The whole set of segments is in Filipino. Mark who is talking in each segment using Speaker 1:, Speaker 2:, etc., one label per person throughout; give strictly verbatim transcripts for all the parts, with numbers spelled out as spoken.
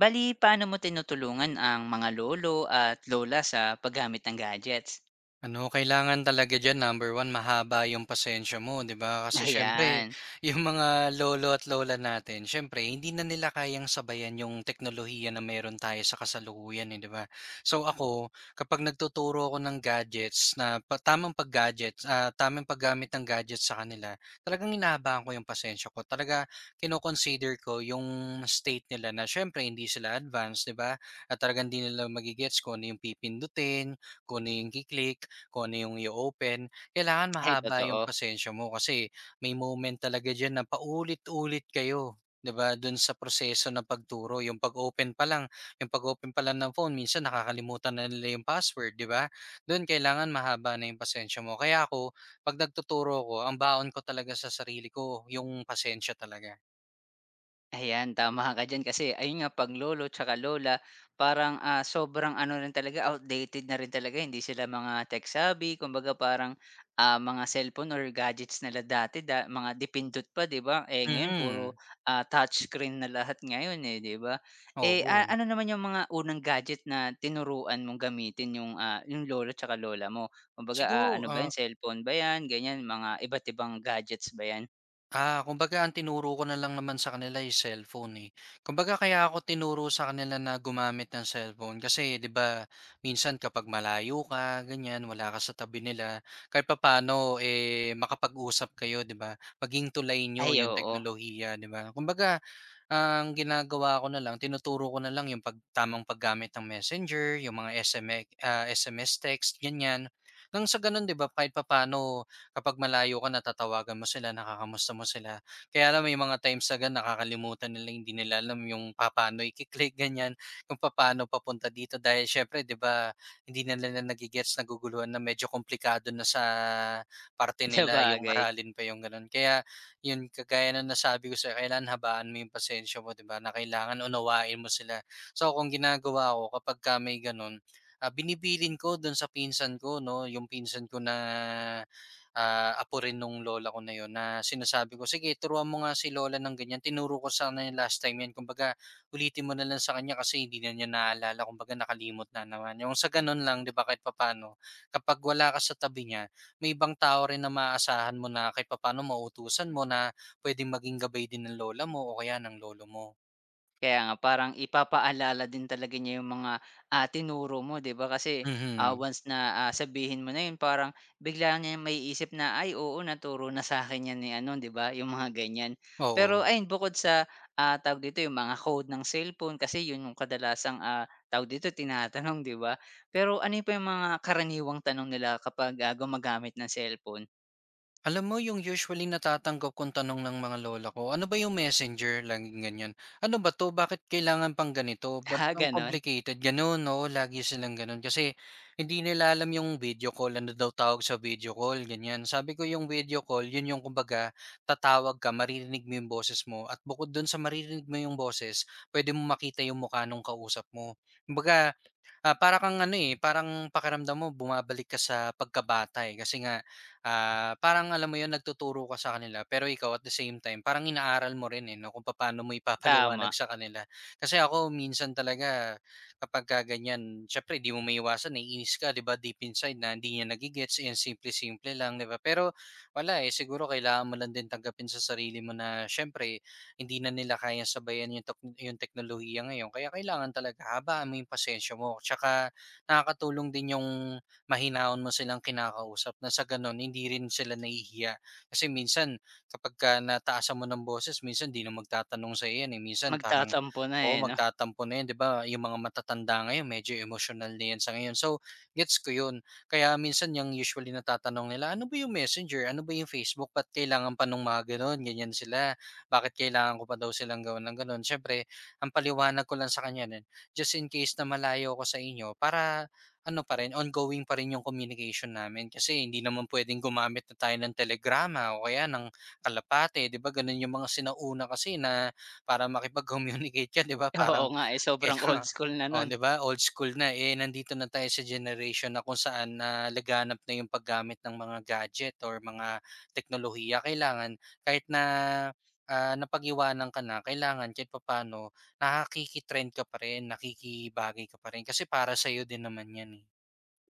Speaker 1: Bali paano mo tinutulungan ang mga lolo at lola sa paggamit ng gadgets?
Speaker 2: Ano, kailangan talaga diyan number one mahaba yung pasensya mo, 'di ba? Kasi siyempre
Speaker 1: Ayan.
Speaker 2: yung mga lolo at lola natin, siyempre hindi na nila kayang sabayan yung teknolohiya na meron tayo sa kasalukuyan, eh, 'di ba? So ako, kapag nagtuturo ako ng gadgets na pa tamang pag-gadgets, ah, tamang paggamit ng gadgets sa kanila, talagang hinahabaan ko yung pasensya ko. Talaga kino-consider ko yung state nila na siyempre hindi sila advanced, 'di ba? At talagang hindi nila magigets gets kung ano yung pipindutin, kung ano yung ki kung ano yung i open kailangan
Speaker 1: Ay,
Speaker 2: mahaba yung
Speaker 1: totoo.
Speaker 2: pasensya mo kasi may moment talaga diyan na paulit-ulit kayo, 'di ba, dun sa proseso ng pagturo. Yung pag-open pa lang yung pag-open pa lang ng phone minsan nakakalimutan na nila yung password, 'di ba? Dun kailangan mahaba na yung pasensya mo. Kaya ako 'pag nagtuturo ako, ang baon ko talaga sa sarili ko yung pasensya talaga.
Speaker 1: Ayan, tama ka diyan kasi ayun nga 'pag lolo tsaka lola parang, ah, sobrang ano rin talaga outdated na rin talaga hindi sila mga tech savvy kumbaga parang, ah, mga cellphone or gadgets nila dati da mga dipindot pa 'di ba, eh, ngayon
Speaker 2: Mhm,
Speaker 1: puro, ah, touchscreen na lahat ngayon, eh, 'di ba? Eh, ah,
Speaker 2: oo.
Speaker 1: ano naman yung mga unang gadget na tinuruan mong gamitin yung, ah, yung lolo tsaka lola mo? Kumbaga, ah,
Speaker 2: Siguro,
Speaker 1: ano ba
Speaker 2: ah
Speaker 1: yan cellphone ba yan, ganyan mga iba't ibang gadgets ba yan?
Speaker 2: Ah, kumbaga ang tinuro ko na lang naman sa kanila is cellphone, eh. Kumbaga kaya ako tinuro sa kanila na gumamit ng cellphone kasi 'di ba minsan kapag malayo ka, ganyan, wala ka sa tabi nila, kahit papaano, eh, makapag-usap kayo 'di ba? Maging tulay nyo
Speaker 1: Ay
Speaker 2: yung
Speaker 1: oo,
Speaker 2: teknolohiya 'di ba? Kumbaga ang ginagawa ko na lang, tinuturo ko na lang yung pag tamang paggamit ng Messenger, yung mga S M X ah, S M S text, ganyan. Nang sa ganun, di ba, kahit papano kapag malayo ka, natatawagan mo sila, nakakamusta mo sila. Kaya alam, may mga times agad, nakakalimutan nila, hindi nila alam yung papano, i-click, ganyan, kung paano papunta dito. Dahil syempre, di ba, hindi na nila na nagigets, naguguluhan na medyo komplikado na sa parte nila yung
Speaker 1: sabagay.
Speaker 2: aralin pa yung ganun. Kaya 'yun kagaya na nasabi ko sa kailangan habaan mo 'yung pasensya mo 'di ba, na kailangan unawain mo sila. So kung ginagawa ko kapagka may gano'n, ah, binibilin ko do'n sa pinsan ko 'no, 'yung pinsan ko na, ah, apo rin nung lola ko na 'yun na sinasabi ko, "Sige turuan mo nga si lola ng ganiyan, tinuro ko sa kanya last time 'yan kumbaga ulitin mo na lang sa kanya kasi hindi na niya naalala kumbaga nakalimot na naman." 'Yung sa gano'n lang 'di ba kahit papano kapag wala ka sa tabi niya, may ibang tao rin na maaasahan mo na kahit papaano mauutusan mo na pwedeng maging gabay din ng lola mo o kaya ng lolo mo.
Speaker 1: Kaya nga parang ipapaalala din talaga niya yung mga, ah, tinuro mo 'di ba kasi, ah,
Speaker 2: Mhm,
Speaker 1: once na, ah, sabihin mo na yun parang bigla niya may isip na, "Ay oo naturo na sa akin yan ni ano" 'di ba yung mga ganyan.
Speaker 2: oo.
Speaker 1: Pero ayun bukod sa, ah, tawag dito yung mga code ng cellphone kasi yun yung kadalasang, ah, tawag dito tinatanong 'di ba? Pero ano pa yung mga karaniwang tanong nila kapag, ah, gumagamit ng cellphone?
Speaker 2: Alam mo yung usually natatanggap kong tanong ng mga lola ko, "Ano ba yung Messenger?" Laging ganyan. "Ano ba 'to, bakit kailangan pang ganito, ba't
Speaker 1: Ah,
Speaker 2: pang
Speaker 1: ganun?
Speaker 2: complicated?" Gano'n, no lagi silang gano'n. Kasi hindi nila alam yung video call, ano daw tawag sa video call, ganyan. Sabi ko yung video call, yun yung kumbaga tatawag ka, maririnig mo yung boses mo at bukod dun sa maririnig mo yung boses, pwede mo makita yung mukha nung kausap mo. Kumbaga Ah, para kang ano, eh, parang pakiramdam mo bumabalik ka sa pagkabata, eh, kasi nga, ah, parang alam mo 'yun, nagtuturo ka sa kanila pero ikaw at the same time parang inaaral mo rin, eh, 'no, kung paano mo ipapaliwanag
Speaker 1: Tama,
Speaker 2: sa kanila. Kasi ako minsan talaga kapagka ganiyan siyempre 'di mo maiiwasan naiinis ka, 'di ba, deep inside na hindi niya nagigets gets eh, simple-simple lang, 'di ba? Pero wala, eh, siguro kailangan mo lang din tanggapin sa sarili mo na siyempre hindi na nila kayang sabayan yung, tok- yung teknolohiya ngayon. Kaya kailangan talaga habaan mo yung pasensya mo. Tsaka nakakatulong din yung mahinaon mo silang kinakausap na sa ganun, hindi rin sila nahihiya. Kasi minsan, kapag ka nataasan mo ng boses, minsan di na magtatanong sa iyan. Eh. Minsan parang,
Speaker 1: magtatampo na,
Speaker 2: oo,
Speaker 1: eh, 'no?
Speaker 2: magtatampo na yan. 'Di ba Yung mga matatanda ngayon, medyo emotional na yan sa ngayon. So, gets ko yun. Kaya minsan yung usually natatanong nila, ano ba yung messenger? Ano ba yung Facebook? Ba't kailangan pa nung mga ganun? Ganyan sila bakit kailangan ko pa daw silang gawan ng gano'n. Siyempre, ang paliwanag ko lang sa kanya nun, just in case na malayo ko sa inyo para ano pa rin, ongoing pa rin yung communication namin kasi hindi naman pwedeng gumamit na tayo ng telegrama o kaya ng kalapate, di ba? Ganun yung mga sinauna kasi na para makipag-communicate ka, di ba?
Speaker 1: Oo
Speaker 2: Parang
Speaker 1: nga, eh,
Speaker 2: eh,
Speaker 1: sobrang old
Speaker 2: kailangan,
Speaker 1: school na
Speaker 2: oh,
Speaker 1: nun.
Speaker 2: di ba? Old school na. Eh, nandito na tayo sa generation na kung saan na laganap na yung paggamit ng mga gadget or mga teknolohiya. Kailangan kahit na ah, napag-iwanan ka na, kailangan kahit papaano nakiki-trend ka pa rin, nakikibagay ka pa rin kasi para sa'yo din naman 'yan, eh.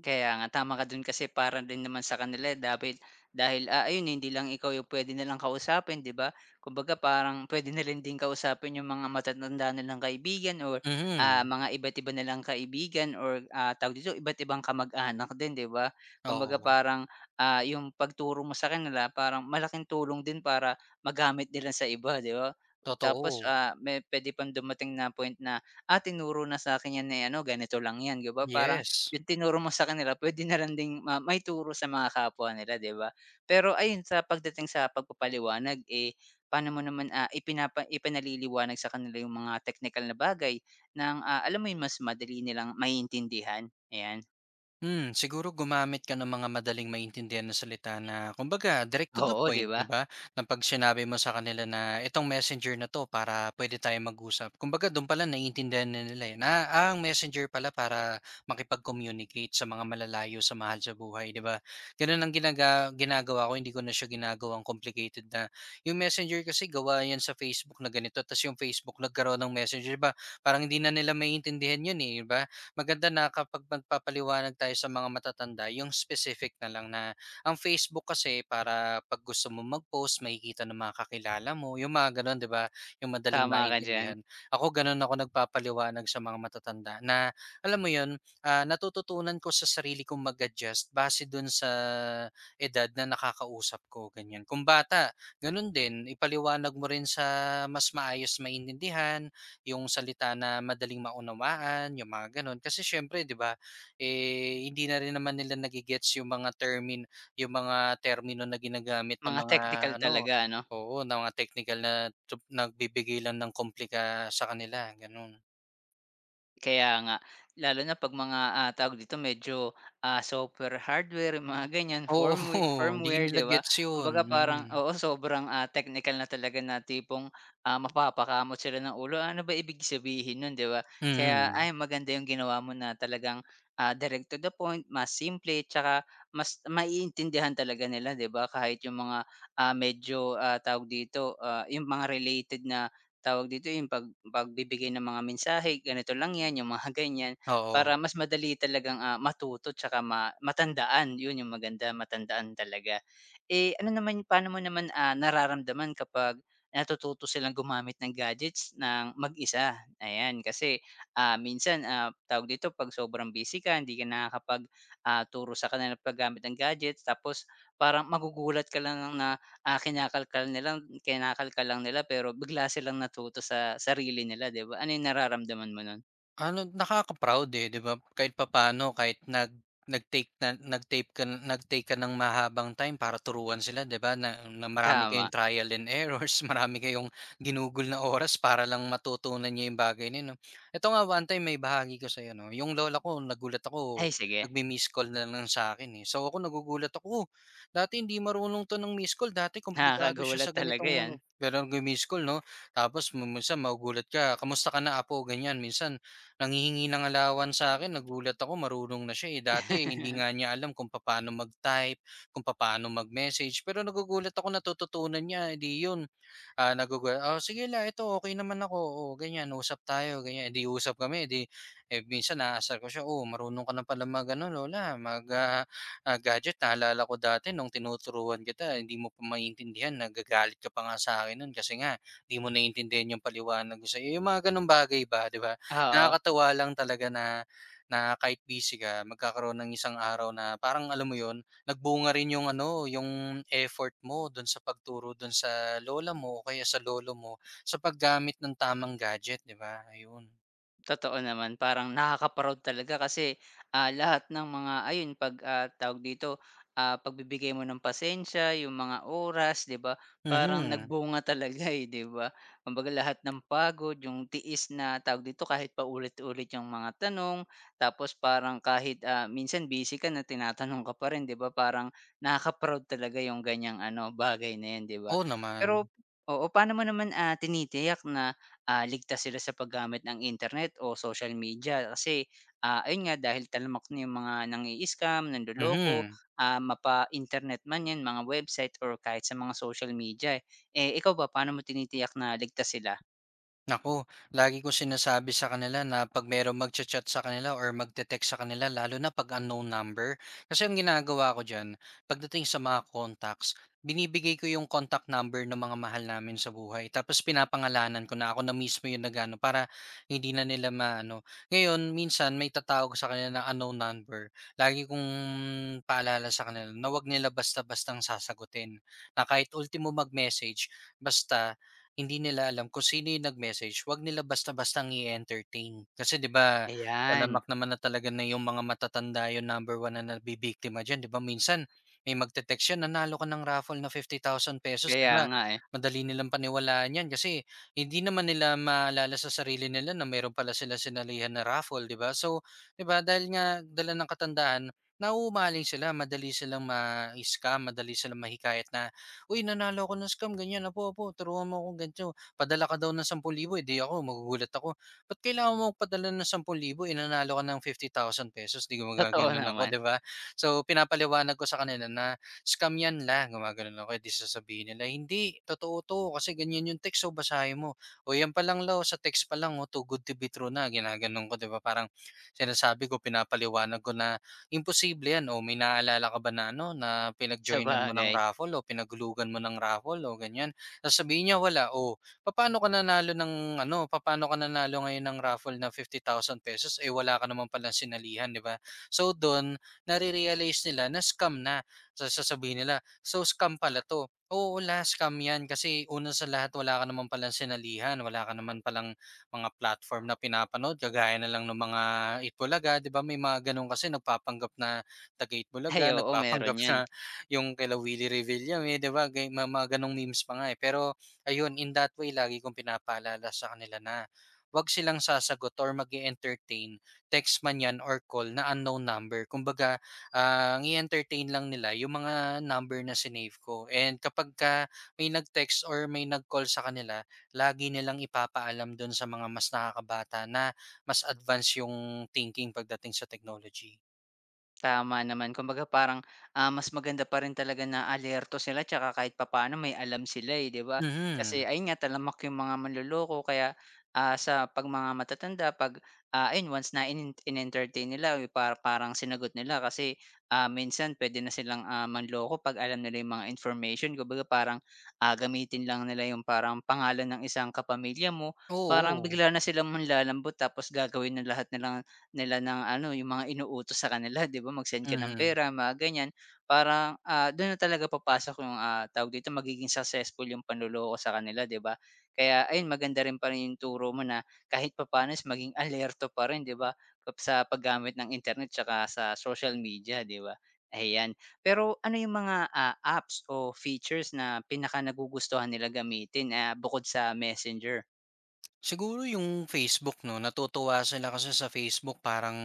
Speaker 1: Kaya nga, tama ka dun kasi para din naman sa kanila dahil dahil, ah, ayun hindi lang ikaw yung puwede nilang kausapin 'di ba? Kumbaga parang puwede na rin din kausapin yung mga matatanda nilang kaibigan or, ah,
Speaker 2: Mhm,
Speaker 1: mga iba't iba nilang kaibigan or, ah, tawag dito, iba't ibang kamag-anak din 'di ba? Kumbaga
Speaker 2: oo,
Speaker 1: parang, ah, yung pagturo mo sa kanila parang malaking tulong din para magamit nila sa iba 'di ba? Tapos,
Speaker 2: totoo.
Speaker 1: ah, may puwede pang dumating na point na, "Ah, tinuro na sa'kin 'yan, eh, ano ganito lang 'yan." 'Di ba parang
Speaker 2: Yes.
Speaker 1: yung tinuro mo sa kanila puwede na lang ding ma maituro sa mga kapwa nila, 'di ba? Pero ayun sa pagdating sa pagpapaliwanag, eh, paano mo naman, ah, ipinapa ipinaliliwanag sa kanila yung mga teknikal na bagay ng, ah, alam mo yun mas madali nilang maiintindihan? Ayan.
Speaker 2: Hmm, siguro gumamit ka ng mga madaling maintindihan na salita na kumbaga direct to the
Speaker 1: Oo, 'di
Speaker 2: point,
Speaker 1: ba?
Speaker 2: 'di ba? Na 'pag sinabi mo sa kanila na itong messenger na 'to para pwede tayong mag-usap. Kumbaga do'n pa lang naiintindihan na nila, eh, na, ah, ang messenger pala para makipag-communicate sa mga malalayo sa mahal sa buhay, 'di ba? Gano'n ang ginaga ginagawa ko, hindi ko na siya ginagawang complicated na yung messenger kasi gawa 'yan sa Facebook na ganito, ta's yung Facebook nagkaroon ng messenger, 'di ba? Parang hindi na nila maintindihan 'yun, eh, 'di ba? Maganda na kapag magpapaliwanag tayo sa mga matatanda, yung specific na lang na ang Facebook kasi para 'pag gusto mo mag-post makikita ng mga kakilala mo, yung mga gano'n, 'di ba? Yung madaling
Speaker 1: Tama ka diyan.
Speaker 2: maintindihan. Ako gano'n ako nagpapaliwanag sa mga matatanda na alam mo yun, ah, natututunan ko sa sarili kong mag-adjust base dun sa edad na nakakausap ko, ganyan. Kung bata, gano'n din, ipaliwanag mo rin sa mas maayos maintindihan, yung salita na madaling maunawaan, yung mga gano'n. Kasi siyempre 'di ba, eh, hindi na rin naman nila nagigets yung mga termin yung mga termino na ginagamit ng
Speaker 1: Mga
Speaker 2: mga
Speaker 1: teknikal
Speaker 2: ano
Speaker 1: talaga ano?
Speaker 2: oo, ng mga technical na tup nagbibigay lang ng komplika sa kanila, gano'n.
Speaker 1: Kaya nga, lalo na 'pag mga, ah, tawag dito medyo, ah, software, hardware, yung mga ganyan,
Speaker 2: Oo,
Speaker 1: firmwa
Speaker 2: hindi
Speaker 1: firmware,
Speaker 2: nila
Speaker 1: 'di ba?
Speaker 2: gets yun,
Speaker 1: Kumbaga parang
Speaker 2: mm.
Speaker 1: oo, sobrang, ah, technical na talaga na tipong, ah, mapapakamot sila ng ulo, "Ano ba ibig sabihin nun?" 'Di ba? Kaya,
Speaker 2: Mm,
Speaker 1: ay maganda yung ginawa mo na talagang, ah, direct to the point, mas simple, tsaka mas maiintindihan talaga nila, 'di ba? Kahit yung mga, ah, medyo, ah, tawag dito, ah, yung mga related na tawag dito, yung pag pagbibigay ng mga mensahe, ganito lang 'yan, yung mga ganyan.
Speaker 2: oo.
Speaker 1: Para mas madali talagang, ah, matuto tsaka ma matandaan, 'yun yung maganda, matandaan talaga. Eh, ano naman paano mo naman, ah, nararamdaman kapag natututo silang gumamit ng gadgets ng mag-isa? Ayan, kasi, ah, minsan, ah, tawag dito, 'pag sobrang busy ka, hindi ka nakakapag, ah, turo sa kanila paggamit ng gadgets tapos parang magugulat ka lang na ah, kinakalkal nilang kinakalkal lang nila pero bigla silang natuto sa sarili nila 'di ba? Ano yung nararamdaman mo nun?
Speaker 2: Ano, nakaka-proud, eh, 'di ba? Kahit papaano kahit nag nag-take na nag-tape ka nag-take ka ng mahabang time para turuan sila, 'di ba? Na na marami kayong
Speaker 1: Tama.
Speaker 2: trial and errors, marami kayong ginugol na oras para lang matutunan niyo yung bagay na yun, 'no? Ito nga, one time may bahagi ko sa'yo, 'no? Yung lola ko, nagulat ako,
Speaker 1: Ay sige,
Speaker 2: nagmi-missed call na lang sa'kin, eh. So, ako nagugulat ako, "Oh, \"Dati hindi marunong 'to ng missed call, dati komplikado siya
Speaker 1: nakakagulat
Speaker 2: sa
Speaker 1: talaga
Speaker 2: ganitong
Speaker 1: 'yan.
Speaker 2: ano." Pero nagmi-missed call, 'no? Tapos mi minsan magugulat ka, "Kamusta ka na, apo?" Ganyan. Minsan nanghihingi ng alawan sa akin, nagulat ako marunong na siya, eh. Dati hindi nga niya alam kung paano mag-type, kung paano mag-message pero nagugulat ako natututunan niya, eh, di yun ah, nagugu "Oh, sige la, eto okey naman ako, oh, ganyan usap tayo." Ganyan, eh, di usap kami, eh, di eh, minsan naaasar ko siya, "Oh, marunong ka na pala mag ano lola, mag, ah, ah, gadget. Naalala ko dati nung tinuturuan kita hindi mo pa maintindihan, nagagalit ka pa nga sa'kin nun kasi nga di mo naintindihan yung paliwanag ko sa'yo." Eh, Yung mga gano'ng bagay ba, di ba?
Speaker 1: Oo.
Speaker 2: Nakakatuwa lang talaga na na kahit busy ka magkakaroon ng isang araw na parang alam mo yon Nagbunga rin yung ano, yung effort mo dun sa pagturo dun sa lola mo o kaya sa lolo mo sa paggamit ng tamang gadget, 'di ba? Ayun.
Speaker 1: Totoo naman, parang nakaka-proud talaga kasi, ah, lahat ng mga ayun 'pag, ah, tawag dito, ah, pagbibigay mo ng pasensya, yung mga oras 'di ba, parang
Speaker 2: Mhm.
Speaker 1: nagbunga talaga, eh, 'di ba? Kumbaga lahat ng pagod, yung tiis na tawag dito kahit pa ulit ulit yung mga tanong, tapos parang kahit, ah, minsan busy ka na tinatanong ka pa rin 'di ba, parang nakaka-proud talaga yung ganyang ano, bagay na yun 'di ba?
Speaker 2: Oo naman.
Speaker 1: Pero oo, paano mo naman, ah, tinitiyak na ah, ligtas sila sa paggamit ng internet o social media kasi, ah, ayun nga dahil talamak na yung mga nang-i-scam, nanduloko,
Speaker 2: Mhm.
Speaker 1: ah, mapa-internet man 'yan, mga website or kahit sa mga social media, eh. Eh, ikaw ba paano mo tinitiyak na ligtas sila?
Speaker 2: Nako, lagi ko sinasabi sa kanila na 'pag merong magcha-chat sa kanila or magte-text sa kanila lalo na 'pag unknown number, kasi yung ginagawa ko diyan, pagdating sa mga contacts, binibigay ko yung contact number ng mga mahal namin sa buhay tapos pinapangalanan ko na ako na mismo yung nagano para hindi na nila maano. Ngayon minsan may tatawag sa kanila na unknown number, lagi kong paalala sa kanila na 'wag nila basta-bastang sasagutin, na kahit ultimo mag-message, basta hindi nila alam kung sino yung nag-message, 'wag nila basta-bastang i-entertain. Kasi 'di ba,
Speaker 1: Ayan,
Speaker 2: talamak naman na talaga na yung mga matatanda yung number one na nabibiktima diyan, 'di ba? Minsan may magte-text yan, "Nanalo ka ng raffle na fifty thousand pesos 'di
Speaker 1: kaya
Speaker 2: ba?
Speaker 1: nga, eh.
Speaker 2: Madali nilang paniwalaan yan kasi hindi naman nila maalala sa sarili nila na meron pala sila sinalihan na raffle, 'di ba? So, 'di ba, dahil nga dala ng katandaan, nauumaling sila, madali silang ma-scam, madali silang mahikayat na "Uy, nanalo ako ng scam ganyan, apo, apo turuan mo akong ganito, padala ka daw ng ten thousand." Eh, 'di ako magugulat ako, "Ba't kailangan mo magpadala ng ten thousand, eh, nanalo ka ng fifty thousand pesos 'di
Speaker 1: Totoo
Speaker 2: gumagano'n ako,
Speaker 1: naman,
Speaker 2: 'di ba? So, pinapaliwanag ko sa kanila na, "Scam 'yan la," gumaganon ako, eh, 'di sasabihin nila, "Hindi, totoo 'to kasi ganyan yung text, oh, basahin mo. O 'yan pa lang la, oh, sa text pa lang, oh, too good to be true na," ginaganon ko, 'di ba? Parang sinasabi ko, pinapaliwanag ko na imposible 'yan o may naalala ka ba na ano, na
Speaker 1: sa
Speaker 2: pinag-joinan mo ng
Speaker 1: bagay,
Speaker 2: raffle o pinaghulugan mo ng raffle o ganyan, sasabihin niya wala, oh, paano ka nanalo ng ano, paano ka nanalo ngayon ng raffle na ₱fifty thousand eh, wala ka naman palang sinalihan, 'di ba? So dun, nare-realize nila na scam na. So sasabihin nila, "So scam pala 'to." Oo, wala scam 'yan kasi una sa lahat wala ka naman palang sinalihan, wala ka naman palang mga platform na pinapanood kagaya na lang ng mga Itbulaga, 'di ba may mga gano'n kasi nagpapanggap na taga
Speaker 1: Ay
Speaker 2: Itbulaga,
Speaker 1: oo,
Speaker 2: nagpapanggap
Speaker 1: meron 'yan.
Speaker 2: na yung kila Willie Revillame, 'di ba gay ma mga gano'ng memes pa nga, eh. Pero ayun, in that way lagi kong pinapaalala sa kanila na 'wag silang sasagot or mag entertain text man 'yan or call na unknown number. Kumbaga, ah, ang i-entertain lang nila yung mga number na sinave ko and kapag ka may nag-text or may nag-call sa kanila, lagi nilang ipapaalam dun sa mga mas nakakabata na mas advanced yung thinking pagdating sa technology.
Speaker 1: Tama naman. Kumbaga parang, ah, mas maganda pa rin talaga na alerto sila tsaka kahit papaano may alam sila, eh, 'di ba?
Speaker 2: Mhm,
Speaker 1: Kasi ayun nga talamak yung mga manloloko kaya, ah, sa 'pag mga matatanda 'pag, ah, ayun once na inen in-entertain nila, eh, para parang sinagot nila kasi, ah, minsan pwede na silang, ah, manloko 'pag alam nila yung mga information. Kumbaga parang, ah, gamitin lang nila yung parang pangalan ng isang kapamilya mo, parang
Speaker 2: oo.
Speaker 1: bigla na silang manlalambot tapos gagawin na lahat ng nila ng ano, yung mga inuutos sa kanila 'di ba, mag-send ka ng
Speaker 2: Mhm.
Speaker 1: pera mga ganyan. Parang, ah, dun na talaga papasok yung, ah, tawag dito magiging successful yung panloloko sa kanila 'di ba? Kaya ayun maganda rin pa rin yung turo mo na kahit papaano is maging alerto pa rin 'di ba, kap sa paggamit ng internet tsaka sa social media 'di ba? Ayan. Pero ano yung mga, ah, apps o features na pinaka nagugustuhan nila gamitin, ah, bukod sa Messenger?
Speaker 2: Siguro yung Facebook 'no, natutuwa sila kasi sa Facebook parang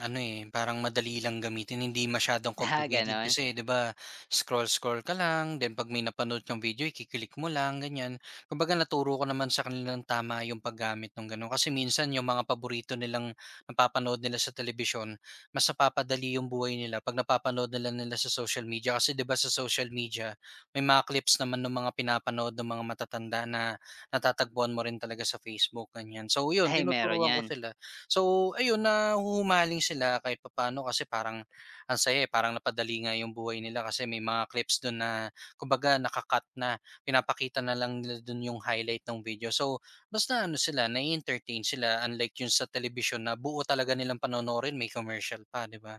Speaker 2: ano, eh, parang madali lang gamitin, hindi masyadong
Speaker 1: Ah,
Speaker 2: complicated
Speaker 1: ganon?
Speaker 2: kasi 'di ba, scroll-scroll ka lang then 'pag may napanood kang video ikiklik mo lang ganyan. Kumbaga naturo ko naman sa kanilang tama yung paggamit ng gano'n kasi minsan yung mga paborito nilang napapanood nila sa telebisyon, mas napapadali yung buhay nila 'pag napapanood na nila sa social media kasi 'di ba sa social media, may mga clips naman ng mga pinapanood ng mga matatanda na natatagpuan mo rin talaga sa Facebook, ganyan. So yun,
Speaker 1: Ay meron
Speaker 2: tinuturuan ko
Speaker 1: yan.
Speaker 2: sila. So ayun, nahuhumaling sila kahit papaano kasi parang ang saya, eh, parang napadali nga yung buhay nila kasi may mga clips dun na kumbaga naka-cut na, pinapakita na lang nila dun yung highlight ng video. So basta ano sila, nai-entertain sila unlike yung sa telebisyon na buo talaga nilang panonoorin, may commercial pa, 'di ba?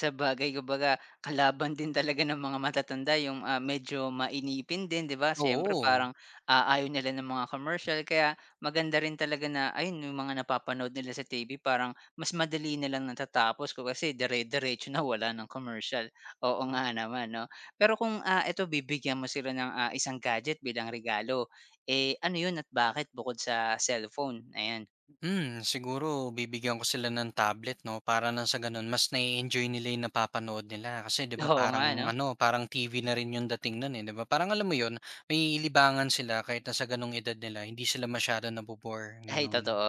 Speaker 1: Sabagay kumbaga kalaban din talaga ng mga matatanda yung, ah, medyo mainipin din 'di ba? Siyempre
Speaker 2: Oo.
Speaker 1: parang, ah, ayaw nila ng mga commercial kaya maganda rin talaga na ayun yung mga napapanood nila sa T V parang mas madali nilang natatapos kung kasi dire-diretso na wala ng commercial. Oo nga naman 'no. Pero kung, ah, eto bibigyan mo sila ng, ah, isang gadget bilang regalo, eh, ano yun at bakit bukod sa cellphone? Ayan.
Speaker 2: Hmm, siguro bibigyan ko sila ng tablet 'no, para ng sa gano'n mas na-e-enjoy nila yung napapanood nila. Kasi 'di ba
Speaker 1: Oo nga
Speaker 2: parang
Speaker 1: 'no.
Speaker 2: ano, parang T V na rin yung dating no'n, eh, 'di ba? Parang alam mo 'yun, may ilibangan sila kahit na sa gano'ng edad nila hindi sila masyado nabo-bore,
Speaker 1: Ay
Speaker 2: gano'n.
Speaker 1: totoo.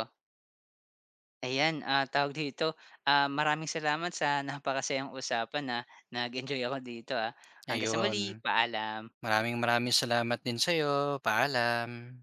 Speaker 1: Ayan, ah, tawag dito, ah, maraming salamat sa napakasayang usapan, na Nag-enjoy ako dito, ah. Hanggang sa muli,
Speaker 2: Ayun,
Speaker 1: paalam.
Speaker 2: maraming maraming salamat din sa'yo. Paalam.